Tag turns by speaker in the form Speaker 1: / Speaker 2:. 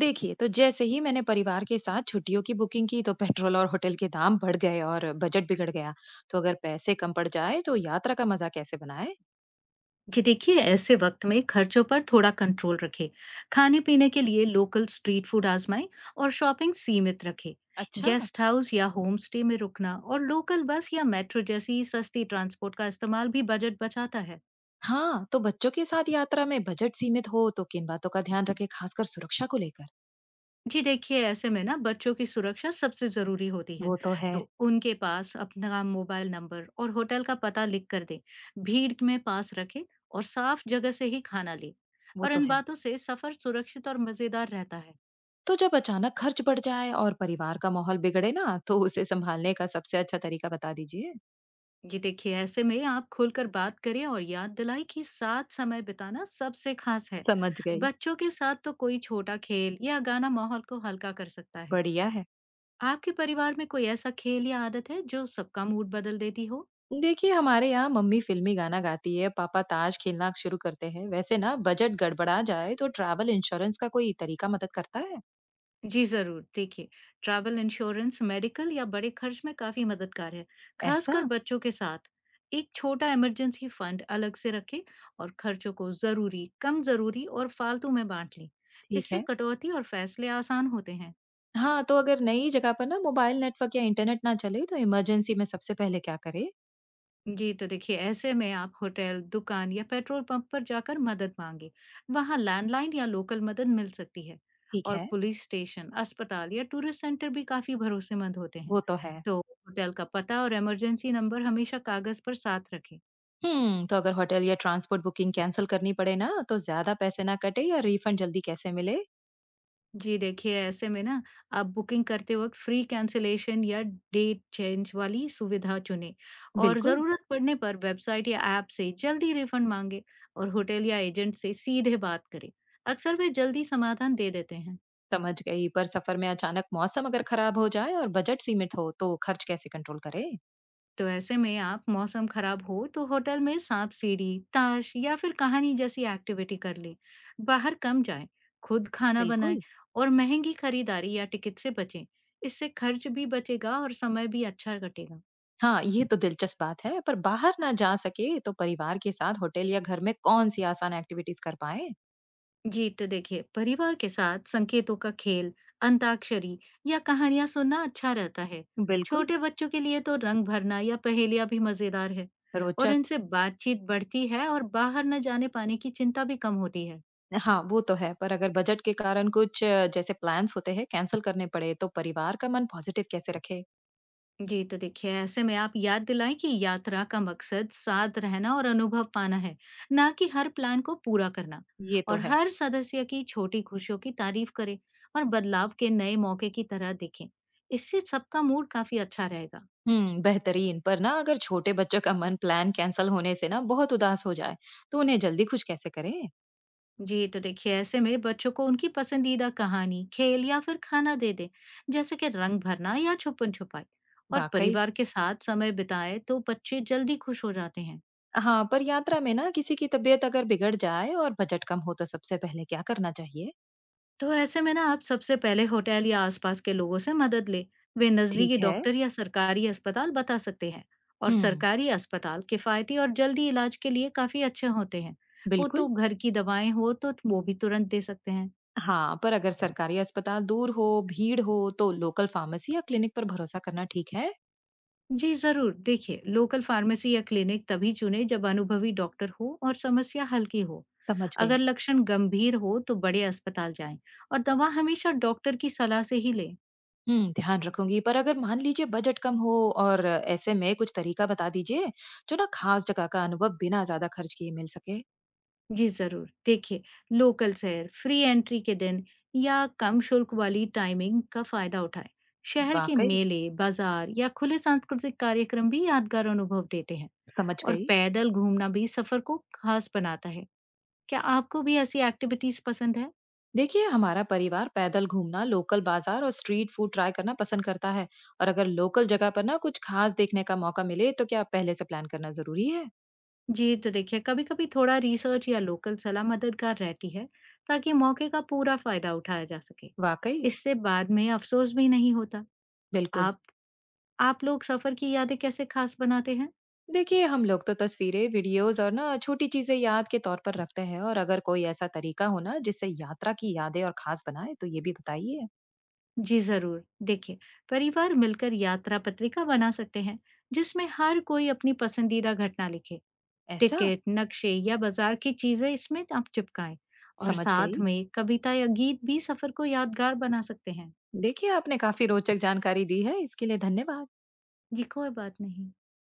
Speaker 1: देखिए, तो जैसे ही मैंने परिवार के साथ छुट्टियों की बुकिंग की तो पेट्रोल और होटल के दाम बढ़ गए और बजट बिगड़ गया। तो अगर पैसे कम पड़ जाए तो यात्रा का मजा कैसे बनाए?
Speaker 2: जी देखिए, ऐसे वक्त में खर्चों पर थोड़ा कंट्रोल रखें। खाने पीने के लिए लोकल स्ट्रीट फूड आजमाएं और शॉपिंग सीमित रखें।
Speaker 1: अच्छा।
Speaker 2: गेस्ट हाउस या होम स्टे में रुकना और लोकल बस या मेट्रो जैसी सस्ती ट्रांसपोर्ट का इस्तेमाल भी बजट बचाता है।
Speaker 1: हाँ, तो बच्चों के साथ यात्रा में बजट सीमित हो तो किन बातों का ध्यान रखें, खासकर सुरक्षा को लेकर?
Speaker 2: जी देखिए, ऐसे में ना बच्चों की सुरक्षा सबसे जरूरी होती है।
Speaker 1: वो तो है।
Speaker 2: तो उनके पास अपना मोबाइल नंबर और होटल का पता लिख कर दें। भीड़ में पास रखें और साफ जगह से ही खाना लें।
Speaker 1: वो
Speaker 2: और
Speaker 1: तो
Speaker 2: इन
Speaker 1: है।
Speaker 2: बातों से सफर सुरक्षित और मजेदार रहता है।
Speaker 1: तो जब अचानक खर्च बढ़ जाए और परिवार का माहौल बिगड़े ना, तो उसे संभालने का सबसे अच्छा तरीका बता दीजिए।
Speaker 2: जी देखिए, ऐसे में आप खुलकर बात करें और याद दिलाएं कि साथ समय बिताना सबसे खास है।
Speaker 1: समझ गई।
Speaker 2: बच्चों के साथ तो कोई छोटा खेल या गाना माहौल को हल्का कर सकता है।
Speaker 1: बढ़िया है।
Speaker 2: आपके परिवार में कोई ऐसा खेल या आदत है जो सबका मूड बदल देती हो?
Speaker 1: देखिए, हमारे यहाँ मम्मी फिल्मी गाना गाती है, पापा ताश खेलना शुरू करते हैं। वैसे ना, बजट गड़बड़ा जाए तो ट्रैवल इंश्योरेंस का कोई तरीका मदद करता है?
Speaker 2: जी जरूर, देखिए ट्रैवल इंश्योरेंस मेडिकल या बड़े खर्च में काफी मददगार है,
Speaker 1: ऐसा।
Speaker 2: खासकर बच्चों के साथ। एक छोटा इमरजेंसी फंड अलग से रखें और खर्चों को जरूरी, कम जरूरी और फालतू में बांट लें।
Speaker 1: ठीक
Speaker 2: इससे
Speaker 1: है।
Speaker 2: कटौती और फैसले आसान होते हैं।
Speaker 1: हाँ, तो अगर नई जगह पर ना मोबाइल नेटवर्क या इंटरनेट ना चले तो इमरजेंसी में सबसे पहले क्या करे?
Speaker 2: जी, तो देखिए ऐसे में आप होटल, दुकान या पेट्रोल पंप पर जाकर मदद मांगे। वहाँ लैंडलाइन या लोकल मदद मिल सकती है।
Speaker 1: ठीक
Speaker 2: और
Speaker 1: है।
Speaker 2: पुलिस स्टेशन, अस्पताल या टूरिस्ट सेंटर भी काफी भरोसेमंद होते हैं।
Speaker 1: वो तो है।
Speaker 2: तो होटल का पता और इमरजेंसी नंबर हमेशा कागज पर साथ रखें।
Speaker 1: हम्म, तो अगर होटल या ट्रांसपोर्ट बुकिंग कैंसिल करनी पड़े ना, तो ज्यादा पैसे ना कटे या रिफंड जल्दी कैसे मिले?
Speaker 2: जी देखिए, ऐसे में ना आप बुकिंग करते वक़्त फ्री कैंसलेशन या डेट चेंज वाली सुविधा चुनें। और
Speaker 1: बिल्कुल।
Speaker 2: ज़रूरत पड़ने पर वेबसाइट या ऐप से जल्दी रिफंड माँगें और होटल या एजेंट से सीधे बात करें। अक्सर वे जल्दी समाधान दे देते हैं।
Speaker 1: समझ गई। पर सफर में अचानक मौसम अगर खराब हो जाए और बजट सीमित हो तो खर्च कैसे कंट्रोल करे?
Speaker 2: तो ऐसे में आप मौसम खराब हो तो होटल में सांप-सीढ़ी, ताश या फिर कहानी जैसी एक्टिविटी कर लें। बाहर कम जाएँ, खुद खाना बनाएँ
Speaker 1: बिल्कुल।
Speaker 2: और महँगी खरीदारी या टिकट से बचें। इससे खर्च भी बचेगा और समय भी अच्छा कटेगा।
Speaker 1: हाँ, ये तो दिलचस्प बात है, पर बाहर ना जा सके तो परिवार के साथ होटल या घर में कौन-सी आसान एक्टिविटीज़ कर पाएँ?
Speaker 2: जी तो देखिए, परिवार के साथ संकेतों का खेल, अंताक्षरी या कहानियां सुनना अच्छा रहता है।
Speaker 1: बिल्कुल।
Speaker 2: छोटे बच्चों के लिए तो रंग भरना या पहेलियां भी मजेदार है। और
Speaker 1: रोचक।
Speaker 2: इनसे बातचीत बढ़ती है और बाहर न जाने पाने की चिंता भी कम होती है।
Speaker 1: हाँ, वो तो है, पर अगर बजट के कारण कुछ जैसे प्लान्स होते हैं कैंसल करने पड़े, तो परिवार का मन पॉजिटिव कैसे रखे?
Speaker 2: जी तो देखिए, ऐसे में आप याद दिलाएं कि यात्रा का मकसद साथ रहना और अनुभव पाना है, ना कि हर प्लान को पूरा करना।
Speaker 1: ये तो
Speaker 2: और
Speaker 1: है।
Speaker 2: हर सदस्य की छोटी खुशियों की तारीफ करें और बदलाव के नए मौके की तरह देखें। इससे सबका मूड काफी अच्छा रहेगा।
Speaker 1: हुँ, बेहतरीन, पर ना अगर छोटे बच्चों का मन प्लान कैंसल होने से ना बहुत उदास हो जाए, तो उन्हें जल्दी खुश कैसे करें?
Speaker 2: जी तो देखिए, ऐसे में बच्चों को उनकी पसंदीदा कहानी, खेल या फिर खाना दे दें, जैसे कि रंग भरना या छुपन छुपाई। और
Speaker 1: वाक़ई।
Speaker 2: परिवार के साथ समय बिताए तो बच्चे जल्दी खुश हो जाते हैं।
Speaker 1: हाँ, पर यात्रा में ना किसी की तबीयत अगर बिगड़ जाए और बजट कम हो, तो सबसे पहले क्या करना चाहिए?
Speaker 2: तो ऐसे में ना आप सबसे पहले होटल या आसपास के लोगों से मदद ले। वे नजदीकी
Speaker 1: ठीक है।
Speaker 2: डॉक्टर या सरकारी अस्पताल बता सकते हैं। और
Speaker 1: हुँ।
Speaker 2: सरकारी अस्पताल किफायती और जल्दी इलाज के लिए काफी अच्छे होते हैं। वो तो
Speaker 1: बिल्कुल।
Speaker 2: घर की दवाएं हो तो वो भी तुरंत दे सकते हैं।
Speaker 1: हाँ, पर अगर सरकारी अस्पताल दूर हो, भीड़ हो तो लोकल फार्मेसी या क्लिनिक पर भरोसा करना ठीक है।
Speaker 2: जी जरूर, देखिए लोकल फार्मेसी या क्लिनिक तभी चुने जब अनुभवी डॉक्टर हो और समस्या हल्की हो।
Speaker 1: समझ गई।
Speaker 2: अगर लक्षण गंभीर हो तो बड़े अस्पताल जाएं। और दवा हमेशा डॉक्टर की सलाह से ही लें।
Speaker 1: हुँ, ध्यान रखूँगी। पर अगर मान लीजिए बजट कम हो और ऐसे में कुछ तरीका बता दीजिए जो ना खास जगह का अनुभव बिना ज़्यादा खर्च किए मिल सके।
Speaker 2: जी जरूर, देखिए लोकल शहर फ्री एंट्री के दिन या कम शुल्क वाली टाइमिंग का फायदा उठाएं। शहर के
Speaker 1: वाक़ई।
Speaker 2: मेले, बाजार या खुले सांस्कृतिक कार्यक्रम भी यादगार अनुभव देते हैं।
Speaker 1: समझ
Speaker 2: और
Speaker 1: गई।
Speaker 2: पैदल घूमना भी सफर को खास बनाता है। क्या आपको भी ऐसी एक्टिविटीज पसंद है?
Speaker 1: देखिए, हमारा परिवार पैदल घूमना, लोकल बाज़ार और स्ट्रीट फूड ट्राई करना पसंद करता है। और अगर लोकल जगह पर ना कुछ खास देखने का मौका मिले तो क्या पहले से प्लान करना ज़रूरी है?
Speaker 2: जी, तो देखिए कभी-कभी थोड़ा रिसर्च या लोकल सलाह मददगार रहती है, ताकि मौके का पूरा फायदा उठाया जा सके।
Speaker 1: वाकई।
Speaker 2: इससे बाद में अफ़सोस भी नहीं होता।
Speaker 1: बिल्कुल।
Speaker 2: आप आप लोग सफ़र की यादें कैसे ख़ास बनाते हैं?
Speaker 1: देखिए, हम लोग तो तस्वीरें, वीडियोस और ना छोटी चीजें याद के तौर पर रखते हैं। और अगर कोई ऐसा तरीका हो ना जिससे यात्रा की यादें और खास बनाए तो ये भी बताइए।
Speaker 2: जी ज़रूर। देखिए, परिवार मिलकर यात्रा पत्रिका बना सकते हैं जिसमें हर कोई अपनी पसंदीदा घटना लिखे।
Speaker 1: ऐसा?
Speaker 2: टिकट, नक्शे या बाज़ार की चीज़ें इसमें आप चिपकाएँ और
Speaker 1: समझ गई।
Speaker 2: साथ में कविता या गीत भी सफ़र को यादगार बना सकते हैं।
Speaker 1: देखिए, आपने काफी रोचक जानकारी दी है, इसके लिए धन्यवाद।
Speaker 2: जी, कोई बात नहीं।